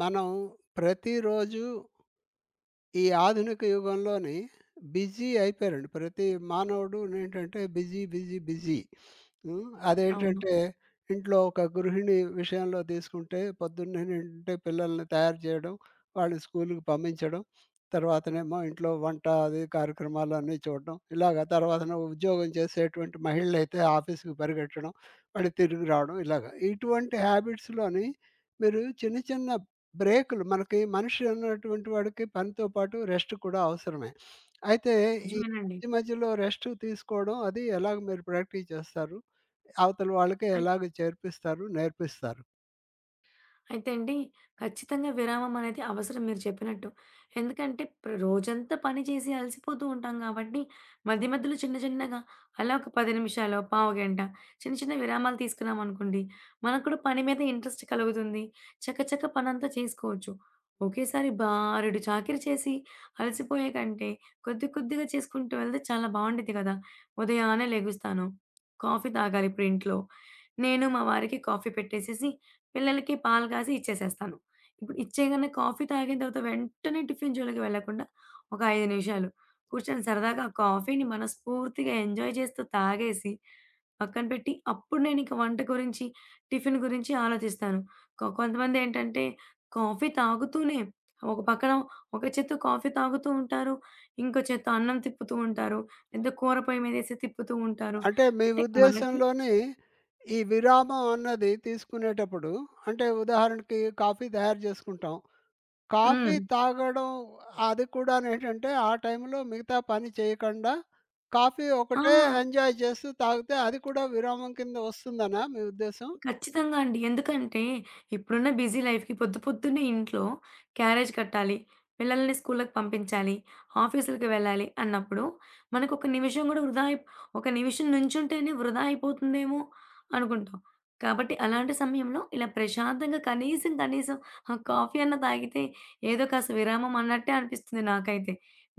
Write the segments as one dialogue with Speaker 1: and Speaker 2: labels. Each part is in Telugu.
Speaker 1: మనం ప్రతిరోజు ఈ ఆధునిక యుగంలోని బిజీ అయిపోయారండి. ప్రతి మానవుడు నేంటంటే బిజీ, బిజీ, బిజీ.
Speaker 2: అవును.
Speaker 1: అదేంటంటే ఇంట్లో ఒక గృహిణి విషయంలో తీసుకుంటే పొద్దున్నేంటంటే పిల్లల్ని తయారు చేయడం, వాళ్ళని స్కూలుకి పంపించడం, తర్వాతనేమో ఇంట్లో వంట అది కార్యక్రమాలన్నీ చూడడం, ఇలాగ తర్వాతన ఉద్యోగం చేసేటువంటి మహిళలైతే ఆఫీస్‌కి పరిగెట్టడం, మళ్ళీ తిరిగి రావడం ఇలాగ. ఇటువంటి హ్యాబిట్స్‌లోని మీరు చిన్న చిన్న బ్రేకులు మనకి మనిషి అన్నటువంటి వాడికి పనితో పాటు రెస్ట్ కూడా అవసరమే. అయితే ఈ
Speaker 2: నిజమేనండి.
Speaker 1: మధ్య మధ్యలో రెస్ట్ తీసుకోవడం అది ఎలాగ మీరు ప్రాక్టీస్ చేస్తారు? అవతల వాళ్ళకి
Speaker 2: అయ్
Speaker 1: ఎలాగ నేర్పిస్తారు?
Speaker 2: అయితే అండి, ఖచ్చితంగా విరామం అనేది అవసరం మీరు చెప్పినట్టు. ఎందుకంటే రోజంతా పని చేసి అలసిపోతూ ఉంటాం కాబట్టి, మధ్య మధ్యలో చిన్న చిన్నగా అలా ఒక 10 నిమిషాలో, పావుగంట చిన్న చిన్న విరామాలు తీసుకున్నామనుకోండి, మనకు కూడా పని మీద ఇంట్రెస్ట్ కలుగుతుంది. చకచక పనంతా చేసుకోవచ్చు. ఒకేసారి బారెడు చాకిరీ చేసి అలసిపోయే కంటే, కొద్ది కొద్దిగా చేసుకుంటూ వెళ్తే చాలా బావుండిద్ది కదా! ఉదయాన్నే లెగుస్తాను. కాఫీ తాగాలి ఇప్పుడు ఇంట్లో. నేను మా వారికి కాఫీ పెట్టేసేసి పిల్లలకి పాలు కాసి ఇచ్చేసేస్తాను. ఇప్పుడు ఇచ్చేయగానే కాఫీ తాగిన తర్వాత వెంటనే టిఫిన్ జోలికి వెళ్ళకుండా ఒక 5 నిమిషాలు కూర్చొని సరదాగా ఆ కాఫీని మనస్ఫూర్తిగా ఎంజాయ్ చేస్తూ తాగేసి పక్కన పెట్టి అప్పుడు నేను ఇంక వంట గురించి, టిఫిన్ గురించి ఆలోచిస్తాను. కొంతమందేంటంటే కాఫీ తాగుతూనే ఒక పక్కన ఒక చేత్తో కాఫీ తాగుతూ ఉంటారు. ఇంకో చేత్తో అన్నం తిప్పుతూ ఉంటారు. లేతే కూర పొయ్యి మీదేసి తిప్పుతూ ఉంటారు.
Speaker 1: అంటే మీ
Speaker 2: అంటే మనకి.
Speaker 1: ఉద్దేశంలోని ఈ విరామం అన్నది తీసుకునేటప్పుడు అంటే ఉదాహరణకి కాఫీ తయారు చేసుకుంటాం.
Speaker 2: హ్మ్.
Speaker 1: కాఫీ తాగడం అది కూడానేంటంటే, ఆ టైంలో మిగతా పని చేయకండా, కాఫీ
Speaker 2: ఆ!
Speaker 1: ఒకటే ఎంజాయ్ చేస్తూ తాగితే అది కూడా విరామం కింద వస్తుందనా మీ ఉద్దేశ్యం?
Speaker 2: ఖచ్చితంగా అండి. ఎందుకంటే, ఇప్పుడున్న బిజీ లైఫ్‌కి పొద్దున్నే ఇంట్లో క్యారేజ్ కట్టాలి, పిల్లల్ని స్కూళ్ళకి పంపించాలి, ఆఫీసులకి వెళ్ళాలి అన్నప్పుడు మనకొక నిమిషం గూడా వృధా అయి ఒక నిమిషం నుంచుంటేనే వృధా అయిపోతుందేమో అనుకుంటాం. కాబట్టి అలాంటి సమయంలో ఇలా ప్రశాంతంగా కనీసం ఆ కాఫీ అన్నా తాగితే ఏదో కాస్త విరామం అన్నట్టే అనిపిస్తుంది నాకైతే.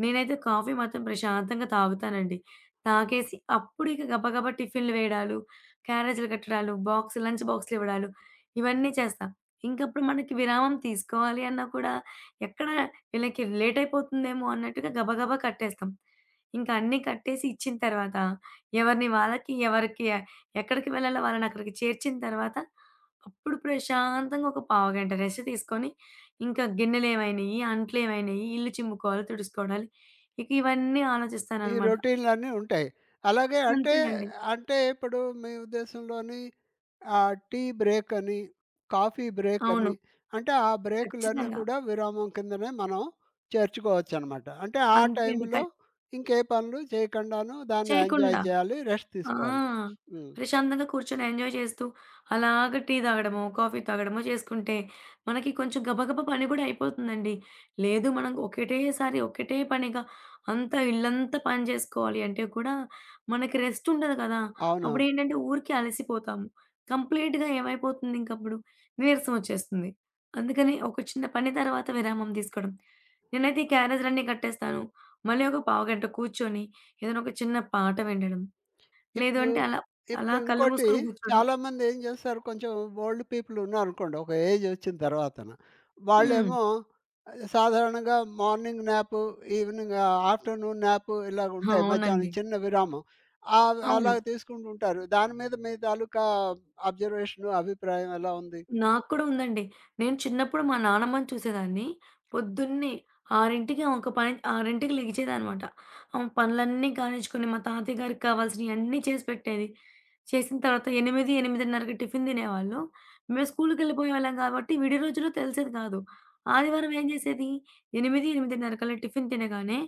Speaker 2: నేనైతే కాఫీ మాత్రం ప్రశాంతంగా తాగుతానండి. తాగేసి అప్పుడు ఇక గబగబా టిఫిన్‌లు వేయడాలు, క్యారేజీలు కట్టడాలు, లంచ్ బాక్స్‌లు ఇవ్వడాలు ఇవన్నీ చేస్తాం. ఇంకప్పుడు మనకి విరామం తీసుకోవాలి అన్నా కూడా ఎక్కడ వీళ్ళకి లేట్ అయిపోతుందేమో అన్నట్టుగా గబగబా కట్టేస్తాం. ఇంకా అన్నీ కట్టేసి ఇచ్చిన తర్వాత ఎవరికి ఎక్కడికి వెళ్ళాలో వాళ్ళని అక్కడికి చేర్చిన తర్వాత అప్పుడు ప్రశాంతంగా ఒక పావుగంట రెస్ట్ తీసుకొని ఇంకా గిన్నెలేమైనాయి, అంట్లేమైనాయి, ఇల్లు చిమ్ముకోవాలి, తుడుచుకోవాలి. ఇక ఇవన్నీ
Speaker 1: ఈ
Speaker 2: ఆలోచిస్తాననమాట.
Speaker 1: రొటీన్‌లన్నీ ఉంటాయి. అలాగే అంటే,
Speaker 2: అంతేనండి.
Speaker 1: అంటే ఇప్పుడు మీ ఉద్దేశంలోని టీ బ్రేక్ అని, కాఫీ బ్రేక్
Speaker 2: అవును.
Speaker 1: అని, అంటే ఆ బ్రేకులన్నీ
Speaker 2: ఖచ్చితంగా.
Speaker 1: కూడా విరామం కిందనే మనం చేర్చుకోవచ్చనమాట. అంటే ఆ
Speaker 2: అంతే అండి.
Speaker 1: టైంలో ఇంకే పనులు చేయకుండాను దాన్ని ఎంజాయ్
Speaker 2: చేయకుండా.
Speaker 1: చేయాలి, రెస్ట్
Speaker 2: ఆ!
Speaker 1: తీసుకోవాలి. హ్మ్.
Speaker 2: ప్రశాంతంగా కూర్చొని ఎంజాయ్ చేస్తూ, అలాగ టీ తాగడమో, కాఫీ తాగడమో చేసుకుంటే, మనకి కొంచెం గబగబా పని కూడా అయిపోతుందండి. లేదు మనం ఒకటేసారి ఒకటే పనిగా అంతా ఇల్లంతా పని చేసుకోవాలి అంటే కూడా మనకి రెస్ట్ ఉండదు కదా!
Speaker 1: అవునవును.
Speaker 2: అప్పుడేంటంటే ఊరికే అలసిపోతాము. కంప్లీట్‌గా ఏమైపోతుంది ఇంకప్పుడు? నీరసం వచ్చేస్తుంది. అందుకని ఒక చిన్న పని తర్వాత విరామం తీసుకోవడం. నేనైతే ఈ క్యారేజీలన్నీ కట్టేస్తాను. మళ్ళీ ఒక పావుగంట కూర్చొని ఏదైనా ఒక చిన్న పాట వినడం. లేదు
Speaker 1: ఇప్పుడు,
Speaker 2: అంటే అలా, అలా
Speaker 1: ఇప్పుడు
Speaker 2: కళ్ళు
Speaker 1: ఇంకోటి
Speaker 2: మూసుకొని కూర్చోవడం.
Speaker 1: చాలామంది ఏం చేస్తారు కొంచెం ఓల్డ్ పీపుల్ ఉన్నారనుకోండి ఒక ఏజ్ వచ్చిన తర్వాతన.
Speaker 2: హ్మ్.
Speaker 1: వాళ్ళేమో సాధారణంగా morning nap, evening afternoon nap ఇలాగుంటాయి. మధ్యాహ్నం
Speaker 2: అవునండి.
Speaker 1: చిన్న విరామం. అలా
Speaker 2: అవును.
Speaker 1: తీసుకుంటూ ఉంటారు. దాని మీద మీ తాలూకా అబ్జర్వేషన్, అభిప్రాయం ఎలా ఉంది?
Speaker 2: నాకు కూడా ఉందండి. నేను చిన్నప్పుడు మా నానమ్మని చూసేదాన్ని. పొద్దున్నే 6కి ఆమె ఒక పని 6కి లెగిచేదనమాట. ఆమె పనులన్నీ కానిచ్చుకొని మా తాతయ్య గారికి కావాల్సినయి అన్నీ చేసి పెట్టేది. చేసిన తర్వాత 8, 8:30కి టిఫిన్ తినేవాళ్ళు. మేము స్కూలుకెళ్ళిపోయేవాళ్ళం కాబట్టి విడి రోజుల్లో తెలిసేది కాదు. ఆదివారం ఏం చేసేది? 8, 8:30 కల్లా టిఫిన్ తినగానే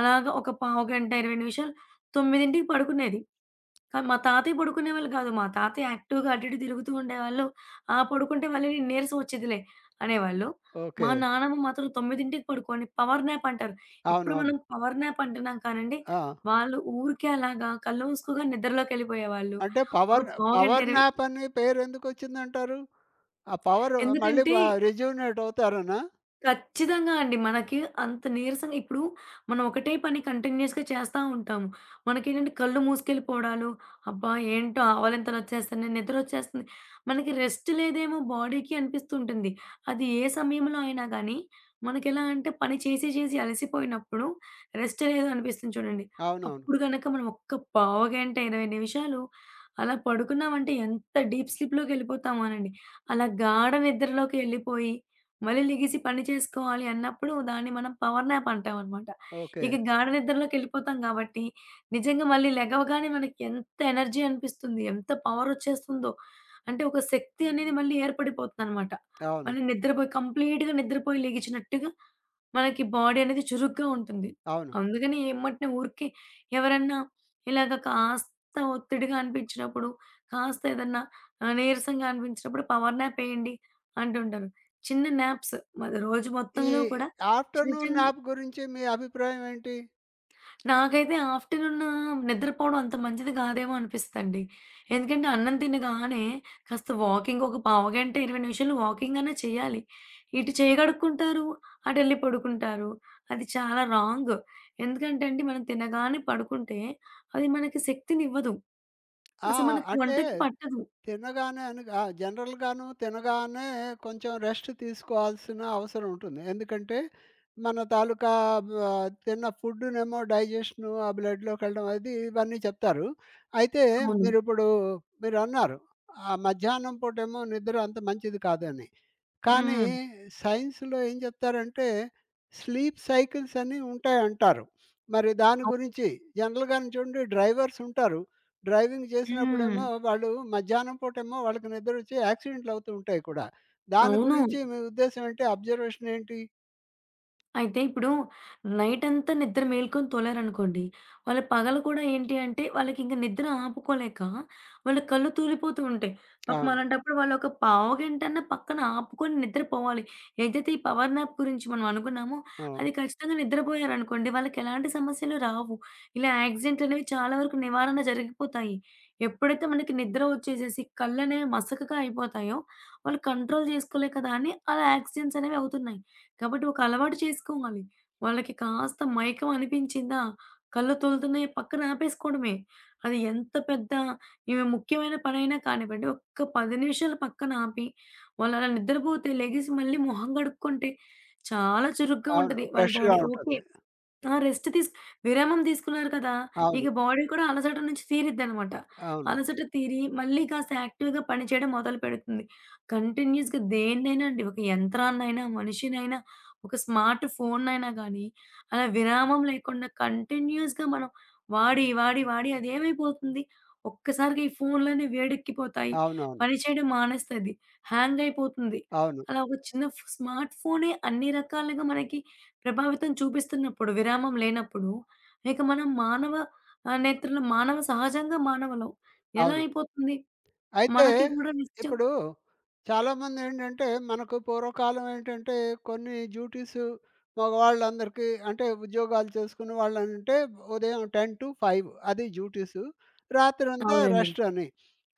Speaker 2: అలాగా ఒక పావుగంట, 20 నిమిషాలు 9కి పడుకునేది. కానీ మా తాతయ్య పడుకునేవాళ్ళు కాదు. మా తాతయ్య యాక్టివ్‌గా అటు ఇటు తిరుగుతూ ఉండేవాళ్ళు. ఆ! పడుకుంటే మళ్ళీ నీరసం వచ్చేదిలే అనేవాళ్ళు. మా
Speaker 1: ఓకే.
Speaker 2: నానమ్మ మాత్రం 9కి పడుకో అని పవర్ న్యాప్ అంటారు. ఇప్పుడు
Speaker 1: అవునవును.
Speaker 2: మనం పవర్ న్యాప్ అంటున్నాం కానండి,
Speaker 1: ఆ!
Speaker 2: వాళ్ళు ఊరికే అలాగా కళ్ళు మూసుకోగానే నిద్రలోకెళ్ళిపోయేవాళ్ళు.
Speaker 1: అంటే
Speaker 2: ఒక
Speaker 1: పవర్
Speaker 2: పావుగంట,
Speaker 1: పవర్
Speaker 2: 20.
Speaker 1: న్యాప్ అని పేరు ఎందుకొచ్చిందంటారు? ఆ పవర్ మళ్ళీ
Speaker 2: ఎందుకంటే
Speaker 1: బ రిజ్యూమినేట్ అవుతారనా?
Speaker 2: ఖచ్చితంగా అండి. మనకి అంత నీరసంగా ఇప్పుడు మనం ఒకటే పని కంటిన్యూయస్‌గా చేస్తా ఉంటాము. మనకేంటంటే కళ్ళు మూసుకెళ్ళిపోవడాలు, అబ్బా! ఏంటో ఆవలింతలొచ్చేస్తున్నాయి, నిద్రొచ్చేస్తుంది. మనకి రెస్ట్ లేదేమో బాడీకి అనిపిస్తుంటుంది. అది ఏ సమయంలో అయినా గానీ, మనకెలా అంటే పని చేసి చేసి అలసిపోయినప్పుడు రెస్ట్ లేదు అనిపిస్తుంది చూడండి.
Speaker 1: అవునవును.
Speaker 2: అప్పుడు గనక మనం ఒక్క పావుగంట, 20 నిమిషాలు అలా పడుకున్నామంటే ఎంత డీప్ స్లీప్‌లోకెళ్ళిపోతామోనండి. అలా గాఢ నిద్రలోకి ఎళ్ళిపోయి మళ్ళీ లెగిసి పని చేసుకోవాలి అన్నప్పుడు దాన్ని మనం పవర్ న్యాప్ అంటామనమాట.
Speaker 1: ఓకే.
Speaker 2: ఇక గాఢ నిద్రలోకెళ్ళిపోతాం గాబట్టి, నిజంగా మళ్ళీ లెగవగానే మనకి ఎంత ఎనర్జీ అనిపిస్తుంది, ఎంత పవరొచ్చేస్తుందో. అంటే ఒక శక్తి అనేది మళ్ళీ ఏర్పడిపోతుందనమాట.
Speaker 1: అవును.
Speaker 2: మళ్ళీ నిద్రపోయి కంప్లీట్‌గా నిద్రపోయి లెగిచినట్టుగా మనకి బాడీ అనేది చురుగ్గా ఉంటుంది.
Speaker 1: అవును.
Speaker 2: అందుకని ఎమ్మటనే ఊరికే ఎవరన్నా ఇలాగ కాస్త ఒత్తిడిగా అనిపించినప్పుడు, కాస్త ఏదన్నా నీరసంగా అనిపించినప్పుడు పవర్ న్యాప్ ఎయండి అంటుంటారు. చిన్న న్యాప్స్. రోజు
Speaker 1: ఈ
Speaker 2: మొత్తంలో కూడా చిన్న
Speaker 1: ఆఫ్టర్‌నూన్
Speaker 2: చిన్న
Speaker 1: న్యాప్ గురించి మీ అభిప్రాయం ఏంటి?
Speaker 2: నాకైతే ఆఫ్టర్‌నూన్ నిద్రపోవడం అంత మంచిది కాదేమో అనిపిస్తదండి. ఎందుకంటే అన్నం తినగానే కాస్త వాకింగ్ ఒక పావుగంట, 20 నిమిషాలు వాకింగ్ అన్నా చేయాలి. ఇటు చేయి కడుక్కుంటారు, అటెళ్లి పడుకుంటారు. అది చాలా రాంగ్. ఎందుకంటే అండి మనం తినగానే పడుకుంటే అది మనకి శక్తినివ్వదు.
Speaker 1: ఆ!
Speaker 2: అసలు మనకి
Speaker 1: అంటే
Speaker 2: వంటకి పట్టదు.
Speaker 1: తినగానే అని ఆ! జనరల్‌గాను తినగానే కొంచెం రెస్ట్ తీసుకోవాల్సిన అవసరం ఉంటుంది. ఎందుకంటే మన తాలూకా బా తిన్న ఫుడ్‌నేమో డైజెషను ఆ బ్లడ్‌లోకెళ్ళడం అది ఇవన్నీ చెప్తారు. అయితే
Speaker 2: అవును.
Speaker 1: మీరిప్పుడు మీరన్నారు. ఆ మధ్యాహ్నం పూటేమో నిద్ర అంత మంచిది కాదని. కానీ
Speaker 2: హ్మ్.
Speaker 1: సైన్స్‌లో ఏం చెప్తారంటే, స్లీప్ సైకిల్స్ అని ఉంటాయంటారు. మరి దాని
Speaker 2: అవు
Speaker 1: గురించి జనరల్‌గాను చూడండి డ్రైవర్స్ ఉంటారు. డ్రైవింగ్
Speaker 2: హ్మ్.
Speaker 1: చేసినప్పుడేమో వాళ్ళు మధ్యాహ్నం పూటేమో వాళ్ళకి నిద్రొచ్చి యాక్సిడెంట్లు అవుతూ ఉంటాయి కూడా. దాని
Speaker 2: అవును.
Speaker 1: గురించి మీ ఉద్దేశ్యం ఏంటి? అబ్జర్వేషన్ ఏంటి?
Speaker 2: అయితే ఇప్పుడు నైటంతా నిద్ర మేల్కొని తోలారనుకోండి, వాళ్ళ పగలు కూడా ఏంటి అంటే, వాళ్ళకింక నిద్ర ఆపుకోలేక వాళ్ళ కళ్ళు తూలిపోతూ ఉంటాయి. పాపం
Speaker 1: అవును.
Speaker 2: అలాంటప్పుడు వాళ్ళొక పావుగంటన్నా పక్కన ఆపుకొని నిద్రపోవాలి. ఏదైతే ఈ పవర్ నాప్ గురించి మనం అనుకున్నామో,
Speaker 1: అవును.
Speaker 2: అది ఖచ్చితంగా నిద్రపోయారనుకోండి, వాళ్ళకెలాంటి సమస్యలు రావు. ఇలా యాక్సిడెంట్లనేవి చాలా వరకు నివారణ జరిగిపోతాయి. ఎప్పుడైతే మనకి నిద్ర వచ్చేసేసి కళ్ళనేవి మసకగా అయిపోతాయో, వాళ్ళు కంట్రోల్ చేసుకోలేక దాన్ని అలా యాక్సిడెంట్స్ అనేవి అవుతున్నాయి. కాబట్టి ఒక అలవాటు చేసుకోవాలి. వాళ్ళకి కాస్త మైకం అనిపించిందా, కళ్ళు తొలుతున్నాయి పక్కన ఆపేసుకోవడమే. అది ఎంత పెద్ద ఈమె ముఖ్యమైన పనైనా కానివ్వండి, ఒక్క 10 నిమిషాలు పక్కన ఆపి, వాళ్ళు అలా నిద్రపోతే లెగిసి మళ్ళీ మొహం కడుక్కుంటే చాలా చురుగ్గా
Speaker 1: అవును.
Speaker 2: ఉంటది. వాళ్ళ
Speaker 1: ఫ్రెష్‌గా
Speaker 2: బాడీ ఓకే.
Speaker 1: ఉంటుంది.
Speaker 2: ఆ! రెస్ట్ తీస్ విరామం తీసుకున్నారు కదా!
Speaker 1: అవును.
Speaker 2: ఇక బాడీ కూడా అలసట నుంచి తీరిద్దనమాట.
Speaker 1: అవును.
Speaker 2: అలసట తీరి మళ్ళీ కాస్త యాక్టివ్‌గా పని చేయడం మొదలుపెడుతుంది. కంటిన్యూయస్‌గా దేన్నైనా అండి ఒక యంత్రాన్నైనా, మనిషినైనా, ఒక స్మార్ట్ ఫోన్నైనా గానీ, అలా విరామం లేకుండా కంటిన్యూయస్‌గా మనం వాడి, వాడి, వాడి అదేమైపోతుంది ఒక్కసారిగా ఈ ఫోన్లన్నీ వేడెక్కిపోతాయి.
Speaker 1: అవునవును.
Speaker 2: పని చేయడం మానేస్తది. హ్యాంగ్ అయిపోతుంది.
Speaker 1: అవును. అవును.
Speaker 2: అలా ఒక చిన్న స్మార్ట్ ఫోనే అన్ని రకాలుగా మనకి ప్రభావితం చూపిస్తున్నప్పుడు, విరామం లేనప్పుడు, ఇక మనం మానవ ఆహ్, నేత్రులు మానవ సహజంగా మానవులం. ఎలా
Speaker 1: అవును.
Speaker 2: అయిపోతుంది?
Speaker 1: అయితే
Speaker 2: మనకి కూడా నిత్యం
Speaker 1: ఇప్పుడు చాలామంది ఏంటంటే, మనకు పూర్వకాలం ఏంటంటే, కొన్ని డ్యూటీస్ మగవాళ్ళందరికీ అంటే ఉద్యోగాలు చేసుకున్న వాళ్ళంటే ఉదయం 10-5 అది డ్యూటీసు. రాత్రంతా
Speaker 2: అవునండి.
Speaker 1: రెస్ట్ అని.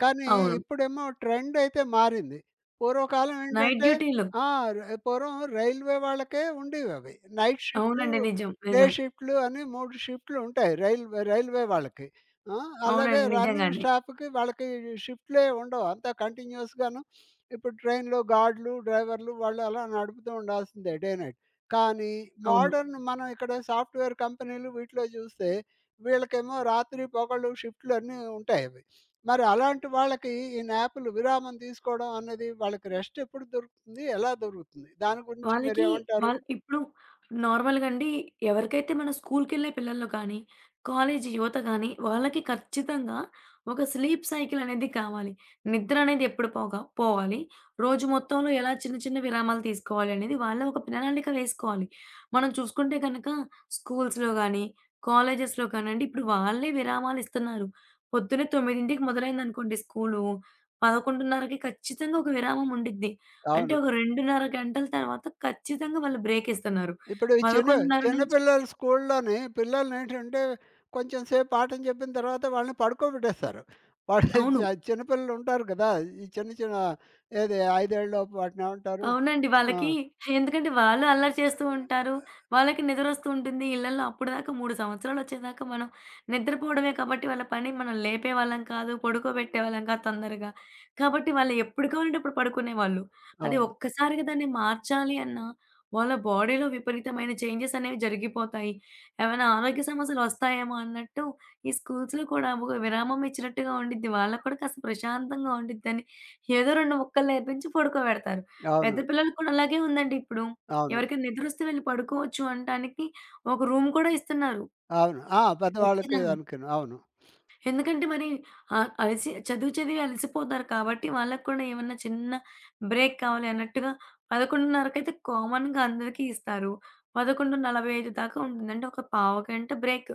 Speaker 1: కానీ
Speaker 2: అవును.
Speaker 1: ఇప్పుడేమో ట్రెండ్ అయితే మారింది. పూర్వకాలం
Speaker 2: నైట్
Speaker 1: ఏంటంటే
Speaker 2: డ్యూటీలు.
Speaker 1: ఆ! పూర్వం రైల్వే వాళ్ళకే ఉండేవవి. నైట్ షిఫ్ట్‌లు,
Speaker 2: అవునండి. నిజం.
Speaker 1: డే
Speaker 2: నిజం.
Speaker 1: షిఫ్ట్‌లు అని 3 షిఫ్ట్‌లు ఉంటాయి రైల్వే రైల్వే వాళ్ళకి. ఆ! అలాగే
Speaker 2: అవునండి.
Speaker 1: రన్నింగ్
Speaker 2: నిజంగానే.
Speaker 1: స్టాఫ్‌కి వాళ్ళకి షిఫ్ట్‌లే ఉండవు. అంతా కంటిన్యూయస్‌గాను ఇప్పుడు ట్రైన్‌లో గార్డ్‌లు, డ్రైవర్‌లు వాళ్ళు అలా నడుపుతూ ఉండాల్సిందే డే నైట్. కానీ
Speaker 2: అవును.
Speaker 1: మోడర్న్ మనం ఇక్కడ సాఫ్ట్‌వేర్ కంపెనీలు వీటిలో చూస్తే వీళ్ళకేమో రాత్రి, పగలు షిఫ్ట్‌లన్నీ ఉంటాయి అవి. మరి అలాంటి వాళ్ళకి ఈ న్యాప్‌లు విరామం తీసుకోవడం అన్నది వాళ్ళకి రెస్ట్ ఎప్పుడు దొరుకుతుంది? ఎలా దొరుకుతుంది? దాని గురించి
Speaker 2: వాళ్ళకి
Speaker 1: మీరేమంటారు?
Speaker 2: ఇప్పుడు నార్మల్‌గా అండి ఎవరికైతే మన స్కూల్‌కెళ్ళే పిల్లలు కానీ, కాలేజీ యువత గానీ, వాళ్ళకి ఖచ్చితంగా ఒక స్లీప్ సైకిల్ అనేది కావాలి. నిద్ర అనేది ఎప్పుడు పోగా పోవాలి, రోజు మొత్తంలో ఎలా చిన్న చిన్న విరామాలు తీసుకోవాలి అనేది వాళ్ళే ఒక ప్రణాళిక వేసుకోవాలి. మనం చూసుకుంటే గనక స్కూల్స్‌లో గానీ, కాలేజెస్‌లో కానండి, ఇప్పుడు వాళ్ళే విరామాలు ఇస్తున్నారు. పొద్దున్నే 9కి మొదలైందనుకోండి స్కూలు, 11:30కి ఖచ్చితంగా ఒక విరామం ఉండిద్ది. అంటే
Speaker 1: అవును.
Speaker 2: ఒక 2:30 గంటల తర్వాత ఖచ్చితంగా వాళ్ళు బ్రేకిస్తున్నారు.
Speaker 1: ఇప్పుడు ఈ చిన్న
Speaker 2: 11:30
Speaker 1: చిన్న
Speaker 2: నుంచి.
Speaker 1: పిల్లలు స్కూల్లోని పిల్లలనేంటంటే కొంచెం సేపు పాఠం చెప్పిన తర్వాత వాళ్ళని పడుకోబెట్టేస్తారు. వాడు
Speaker 2: అవును.
Speaker 1: చ చిన్నపిల్లలు ఉంటారు కదా! ఈ చిన్న చిన్న ఏది ఐదేళ్ళలోపు వాటినేమంటారు?
Speaker 2: అవునండి.
Speaker 1: ఆ!
Speaker 2: వాళ్ళకి ఎందుకంటే వాళ్ళు అల్లరి చేస్తూ ఉంటారు. వాళ్ళకి నిద్రొస్తూ ఉంటుంది. ఇళ్లల్లో అప్పటిదాకా 3 సంవత్సరాలొచ్చేదాకా మనం నిద్రపోవడమే కాబట్టి వాళ్ళ పని మనం లేపేవాళ్ళం కాదు. పడుకోబెట్టేవాళ్ళం కాదు తొందరగా. కాబట్టి వాళ్ళు ఎప్పుడు కావాలంటే అప్పుడు పడుకునేవాళ్ళు. అది
Speaker 1: అవును.
Speaker 2: ఒక్కసారిగా దాన్ని మార్చాలి అన్నా వాళ్ళ బాడీలో విపరీతమైన చేంజెస్ అనేవి జరిగిపోతాయి. ఏమైనా ఆరోగ్య సమస్యలొస్తాయేమో అన్నట్టు ఈ స్కూల్స్‌లో కూడా ఒక విరామం ఇచ్చినట్టుగా ఉండిద్ది. వాళ్ళకి కూడా కాస్త ప్రశాంతంగా ఉండిద్దని ఏదో 2 ముక్కలు నేర్పించి పడుకోబెడతారు. పెద్ద
Speaker 1: అవును.
Speaker 2: పిల్లలకి కూడా అలాగే ఉందండి ఇప్పుడు.
Speaker 1: అవును.
Speaker 2: ఎవరికైనా నిద్రొస్తే వెళ్లి పడుకోవచ్చు అనటానికి ఒక రూమ్ కూడా ఇస్తున్నారు.
Speaker 1: అవును. ఆ! పెద్దవాళ్ళకి
Speaker 2: ఖచ్చితంగా.
Speaker 1: అనుకుని. అవును.
Speaker 2: ఎందుకంటే మరి ఆహ్, అలిసి చదువు చదివి అలసిపోతారు కాబట్టి వాళ్ళకి కూడా ఏమన్నా చిన్న బ్రేక్ కావాలి అన్నట్టుగా 11:30కైతే కామన్‌గా అందరికీ ఇస్తారు. 11:45 దాకా ఉంటుంది. అంటే ఒక పావుగంట బ్రేక్.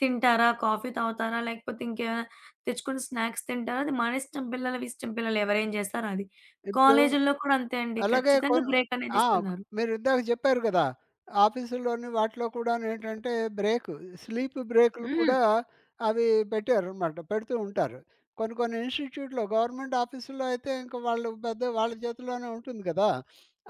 Speaker 2: తింటారా? కాఫీ తాగుతారా? లేకపోతే ఇంకేమైనా తెచ్చుకొని స్నాక్స్ తింటారా? అది మన ఇష్టం. పిల్లల ఇష్టం. పిల్లలు ఎవరేం చేస్తారో అది.
Speaker 1: ఇప్పుడు
Speaker 2: కాలేజీల్లో కూడా అంతే అండి.
Speaker 1: అలాగే
Speaker 2: ఖచ్చితంగా
Speaker 1: కొన్ని
Speaker 2: బ్రేక్ అనేది
Speaker 1: ఆ!
Speaker 2: ఇస్తున్నారు.
Speaker 1: మీరు ఇందాక చెప్పారు గదా! ఆఫీసుల్లోని వాటిలో కూడానేంటంటే బ్రేక్, స్లీప్ బ్రేకులు
Speaker 2: హ్మ్.
Speaker 1: కూడా అవి పెట్టారనమాట. పెడుతూ ఉంటారు. కొన్ని కొన్ని ఇన్‌స్టిట్యూట్‌లో గవర్నమెంట్ ఆఫీసుల్లో అయితే ఇంక వాళ్ళు పెద్ద వాళ్ళ చేతుల్లోనే ఉంటుంది గదా!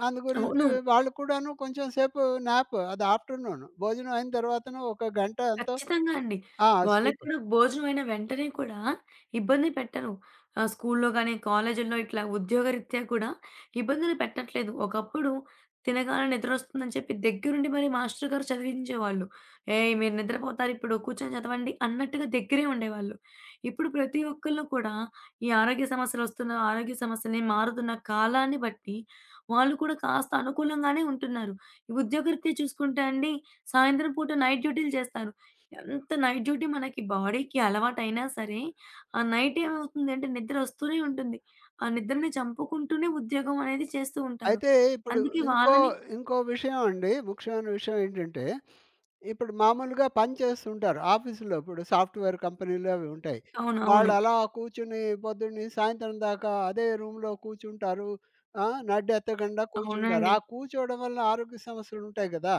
Speaker 1: అందు
Speaker 2: అవును.
Speaker 1: గురించి వాళ్ళు కూడాను కొంచెం సేపు న్యాప్ అది ఆఫ్టర్‌నూన్ భోజనం అయిన తర్వాతను ఒక గంట ఎంతో
Speaker 2: ఖచ్చితంగా అండి.
Speaker 1: ఆ!
Speaker 2: వాళ్ళకి
Speaker 1: స్లీప్.
Speaker 2: కూడా భోజనం అయిన వెంటనే కూడా ఇబ్బంది పెట్టరు. స్కూల్లో గాని, కాలేజీల్లో ఇట్లా ఉద్యోగరీత్యా కూడా ఇబ్బందులు పెట్టట్లేదు. ఒకప్పుడు తినగానే నిద్రొస్తుందని చెప్పి దగ్గరుండి మరి మాస్టర్ గారు చదివించేవాళ్ళు. "ఏయ్! మీరు నిద్రపోతారిప్పుడు కూర్చొని చదవండి" అన్నట్టుగా దగ్గరే ఉండేవాళ్ళు. ఇప్పుడు ప్రతి ఒక్కళ్ళు కూడా ఈ ఆరోగ్య సమస్యలొస్తున్న ఆరోగ్య సమస్యల్ని మారుతున్న కాలాన్ని బట్టి వాళ్ళు కూడా కాస్త అనుకూలంగానే ఉంటున్నారు. ఈ ఉద్యోగరీత్యా చూసుకుంటే అండి సాయంత్రం పూట నైట్ డ్యూటీలు చేస్తారు. ఎంత నైట్ డ్యూటీ మనకి బాడీకి అలవాటైనా సరే, ఆ నైట్ ఏమవుతుందంటే నిద్రొస్తూనే ఉంటుంది. ఆ నిద్రని చంపుకుంటూనే ఉద్యోగం అనేది చేస్తూ ఉంటారు.
Speaker 1: అయితే ఇప్పుడు
Speaker 2: అందుకే
Speaker 1: ఇంకో
Speaker 2: వాళ్ళని
Speaker 1: ఇంకో విషయం అండి. ముఖ్యమైన విషయం ఏంటంటే, ఇప్పుడు మామూలుగా పని చేస్తుంటారు ఆఫీసులో. ఇప్పుడు సాఫ్ట్‌వేర్ కంపెనీలు అవి ఉంటాయి.
Speaker 2: అవునవును.
Speaker 1: వాళ్ళు అలా కూర్చొని పొద్దున్న నుంచి సాయంత్రం దాకా అదే రూమ్‌లో కూర్చుంటారు. ఆ! నడ్డెత్తకుండా కూర్చుంటారు.
Speaker 2: అవునండి.
Speaker 1: ఆ కూర్చోవడం వల్ల ఆరోగ్య సమస్యలు ఉంటాయి కదా!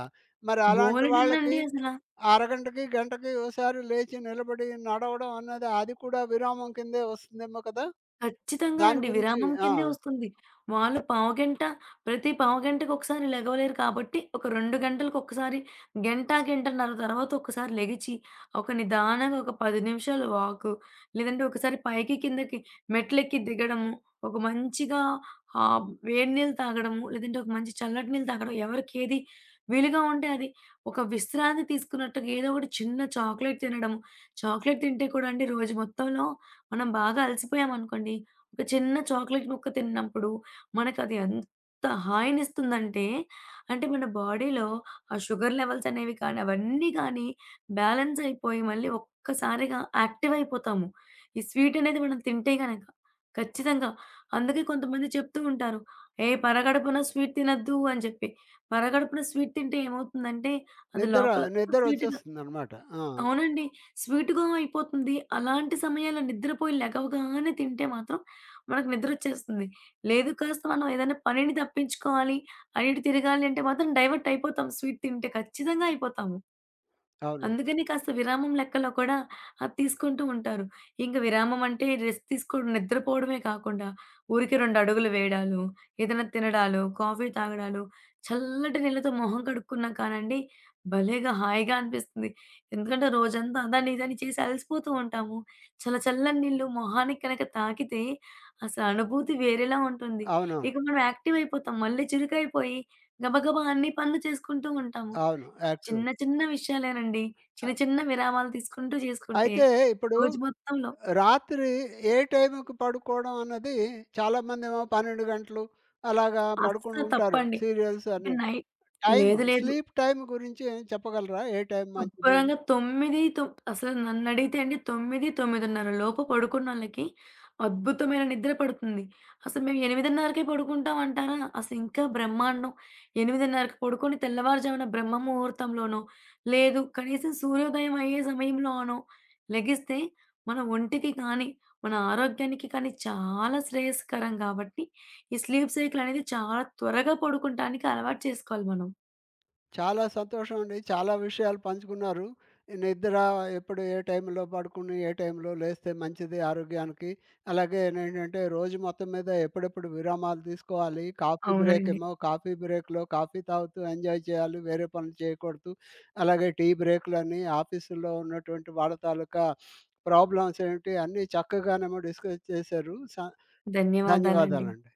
Speaker 1: మరి అలాంటి వాళ్ళకి
Speaker 2: బోలెడన్నండి అసల.
Speaker 1: అరగంటకి, గంటకి ఓసారి లేచి నిలబడి నడవడం అన్నది అది కూడా విరామం కిందే వస్తుందేమో కదా!
Speaker 2: ఖచ్చితంగా
Speaker 1: దాని
Speaker 2: అండి.
Speaker 1: గురించి
Speaker 2: విరామం
Speaker 1: ఆ!
Speaker 2: కిందే వస్తుంది. వాళ్ళు పావుగంట ప్రతి పావుగంటకొకసారి లెగవలేరు కాబట్టి, ఒక 2 గంటలకొకసారి, గంట, గంటన్నర తర్వాత ఒక్కసారి లెగిచి, ఒక నిదానంగా ఒక 10 నిమిషాలు వాకు, లేదంటే ఒకసారి పైకి, కిందకి మెట్లెక్కి దిగడము, ఒక మంచిగా వేడి నీళ్ళు తాగడము, లేదంటే ఒక మంచి చల్లటి నీళ్ళు తాగడం, ఎవరికేది వీలుగా ఉంటే అది. ఒక విశ్రాంతి తీసుకున్నట్టుగా ఏదో ఒకటి చిన్న చాక్లెట్ తినడము. చాక్లెట్ తింటే కూడా అండి రోజు మొత్తంలో మనం బాగా అలసిపోయామనుకోండి, ఒక చిన్న చాక్లెట్ ముక్క తిన్నప్పుడు మనకది ఎంత హాయినిస్తుందంటే, అంటే మన బాడీలో ఆ షుగర్ లెవెల్స్ అనేవి కానీ, అవన్నీ కానీ బ్యాలెన్స్ అయిపోయి మళ్ళీ ఒక్కసారిగా యాక్టివ్ అయిపోతాము. ఈ స్వీట్ అనేది మనం తింటే గనక. ఖచ్చితంగా. అందుకే కొంతమంది చెప్తూ ఉంటారు, "ఏయ్! పరగడుపున స్వీట్ తినొద్దు" అని చెప్పి. పరగడుపున స్వీట్ తింటే ఏమవుతుందంటే, అది
Speaker 1: నిద్ర,
Speaker 2: లోపలంతా స్వీట్.
Speaker 1: నిద్దరొచ్చేస్తుందనమాట. ఆ!
Speaker 2: అవునండి. స్వీట్‌గా అయిపోతుంది. అలాంటి సమయాల్లో నిద్రపోయి లెగవగానే తింటే మాత్రం మనకు నిద్రొచ్చేస్తుంది. లేదు కాస్త మనం ఏదైనా పనిని తప్పించుకోవాలి, అటు ఇటు తిరగాలి అంటే మాత్రం డైవర్ట్ అయిపోతాం స్వీట్ తింటే ఖచ్చితంగా అయిపోతాము.
Speaker 1: అవునండి.
Speaker 2: అందుకని కాస్త విరామం లెక్కలో కూడా అది తీసుకుంటూ ఉంటారు. ఇంక విరామం అంటే రెస్ట్ తీసుకోవడం నిద్రపోవడమే కాకుండా, ఊరికే 2 అడుగులు వేయడాలు, ఏదైనా తినడాలు, కాఫీ తాగడాలు, చల్లటి నీళ్ళతో మొహం కడుక్కున్నా కానండి, భలేగా హాయిగా అనిపిస్తుంది. ఎందుకంటే రోజంతా అదని ఇదని చేసి అలసిపోతూ ఉంటాము. చల్ల చల్లని నీళ్ళు మొహానికి కనుక తాకితే అసలు అనుభూతి వేరేలా ఉంటుంది.
Speaker 1: అవునవును.
Speaker 2: ఇక మనం యాక్టివ్ అయిపోతాం. మళ్ళీ చురుకైపోయి గబగబా అన్ని పనులు చేసుకుంటూ ఉంటాము.
Speaker 1: అవును. యాక్టివ్.
Speaker 2: చిన్న చిన్న విషయాలేనండి. చిన్న చిన్న విరామాలు తీసుకుంటూ చేసుకుంటే
Speaker 1: అయితే ఇప్పుడు
Speaker 2: రోజు మొత్తంలో
Speaker 1: రాత్రి ఏ టైంకి పడుకోవడం అన్నది చాలామందేమో 12 గంటలు అలాగా
Speaker 2: అస్సలు
Speaker 1: పడుకుంటూ ఉంటారు.
Speaker 2: తప్పండి.
Speaker 1: సీరియల్స్
Speaker 2: ఇక
Speaker 1: అని.
Speaker 2: నై
Speaker 1: టైమ్,
Speaker 2: లేదు లేదు.
Speaker 1: స్లీప్ టైమ్ గురించి ఏం చెప్పగలరా? ఏ టైం మంచిది?
Speaker 2: శుభ్రంగా 9 అసలు నన్నడిగితే అండి 9, 9:30 లోపు పడుకున్నోళ్ళకి అద్భుతమైన నిద్ర పడుతుంది. అసలు మేము 8:30కే పడుకుంటాం అంటారా? అసలు ఇంకా బ్రహ్మాండం. 8:30కి పడుకొని తెల్లవారుజామున బ్రహ్మ ముహూర్తంలోనో, లేదు కనీసం సూర్యోదయం అయ్యే సమయంలోనో లెగిస్తే మన ఒంటికి కానీ, మన ఆరోగ్యానికి కానీ చాలా శ్రేయస్కరం కాబట్టి, ఈ స్లీప్ సైకిల్ అనేది చాలా త్వరగా పడుకుంటానికి అలవాటు చేసుకోవాలి మనం.
Speaker 1: చాలా సంతోషం అండి. చాలా విషయాలు పంచుకున్నారు. ఈ నిద్ర ఎప్పుడు ఏ టైంలో పడుకుని, ఏ టైంలో లేస్తే మంచిది ఆరోగ్యానికి. అలాగే నేంటంటే రోజు మొత్తం మీద ఎప్పుడెప్పుడు విరామాలు తీసుకోవాలి, కాఫీ బ్రేక్
Speaker 2: అవునండి.
Speaker 1: ఏమో కాఫీ బ్రేక్‌లో కాఫీ తాగుతూ ఎంజాయ్ చేయాలి, వేరే పనులు చేయకూడదు. అలాగే టీ బ్రేక్‌లని, ఆఫీసుల్లో ఉన్నటువంటి వాళ్ళ తాలూకా ప్రాబ్లమ్స్ ఏంటి అన్నీ చక్కగానేమో డిస్కస్ చేశారు.
Speaker 2: ధన్యవాదాలండి.
Speaker 1: ధన్యవాదాలండి.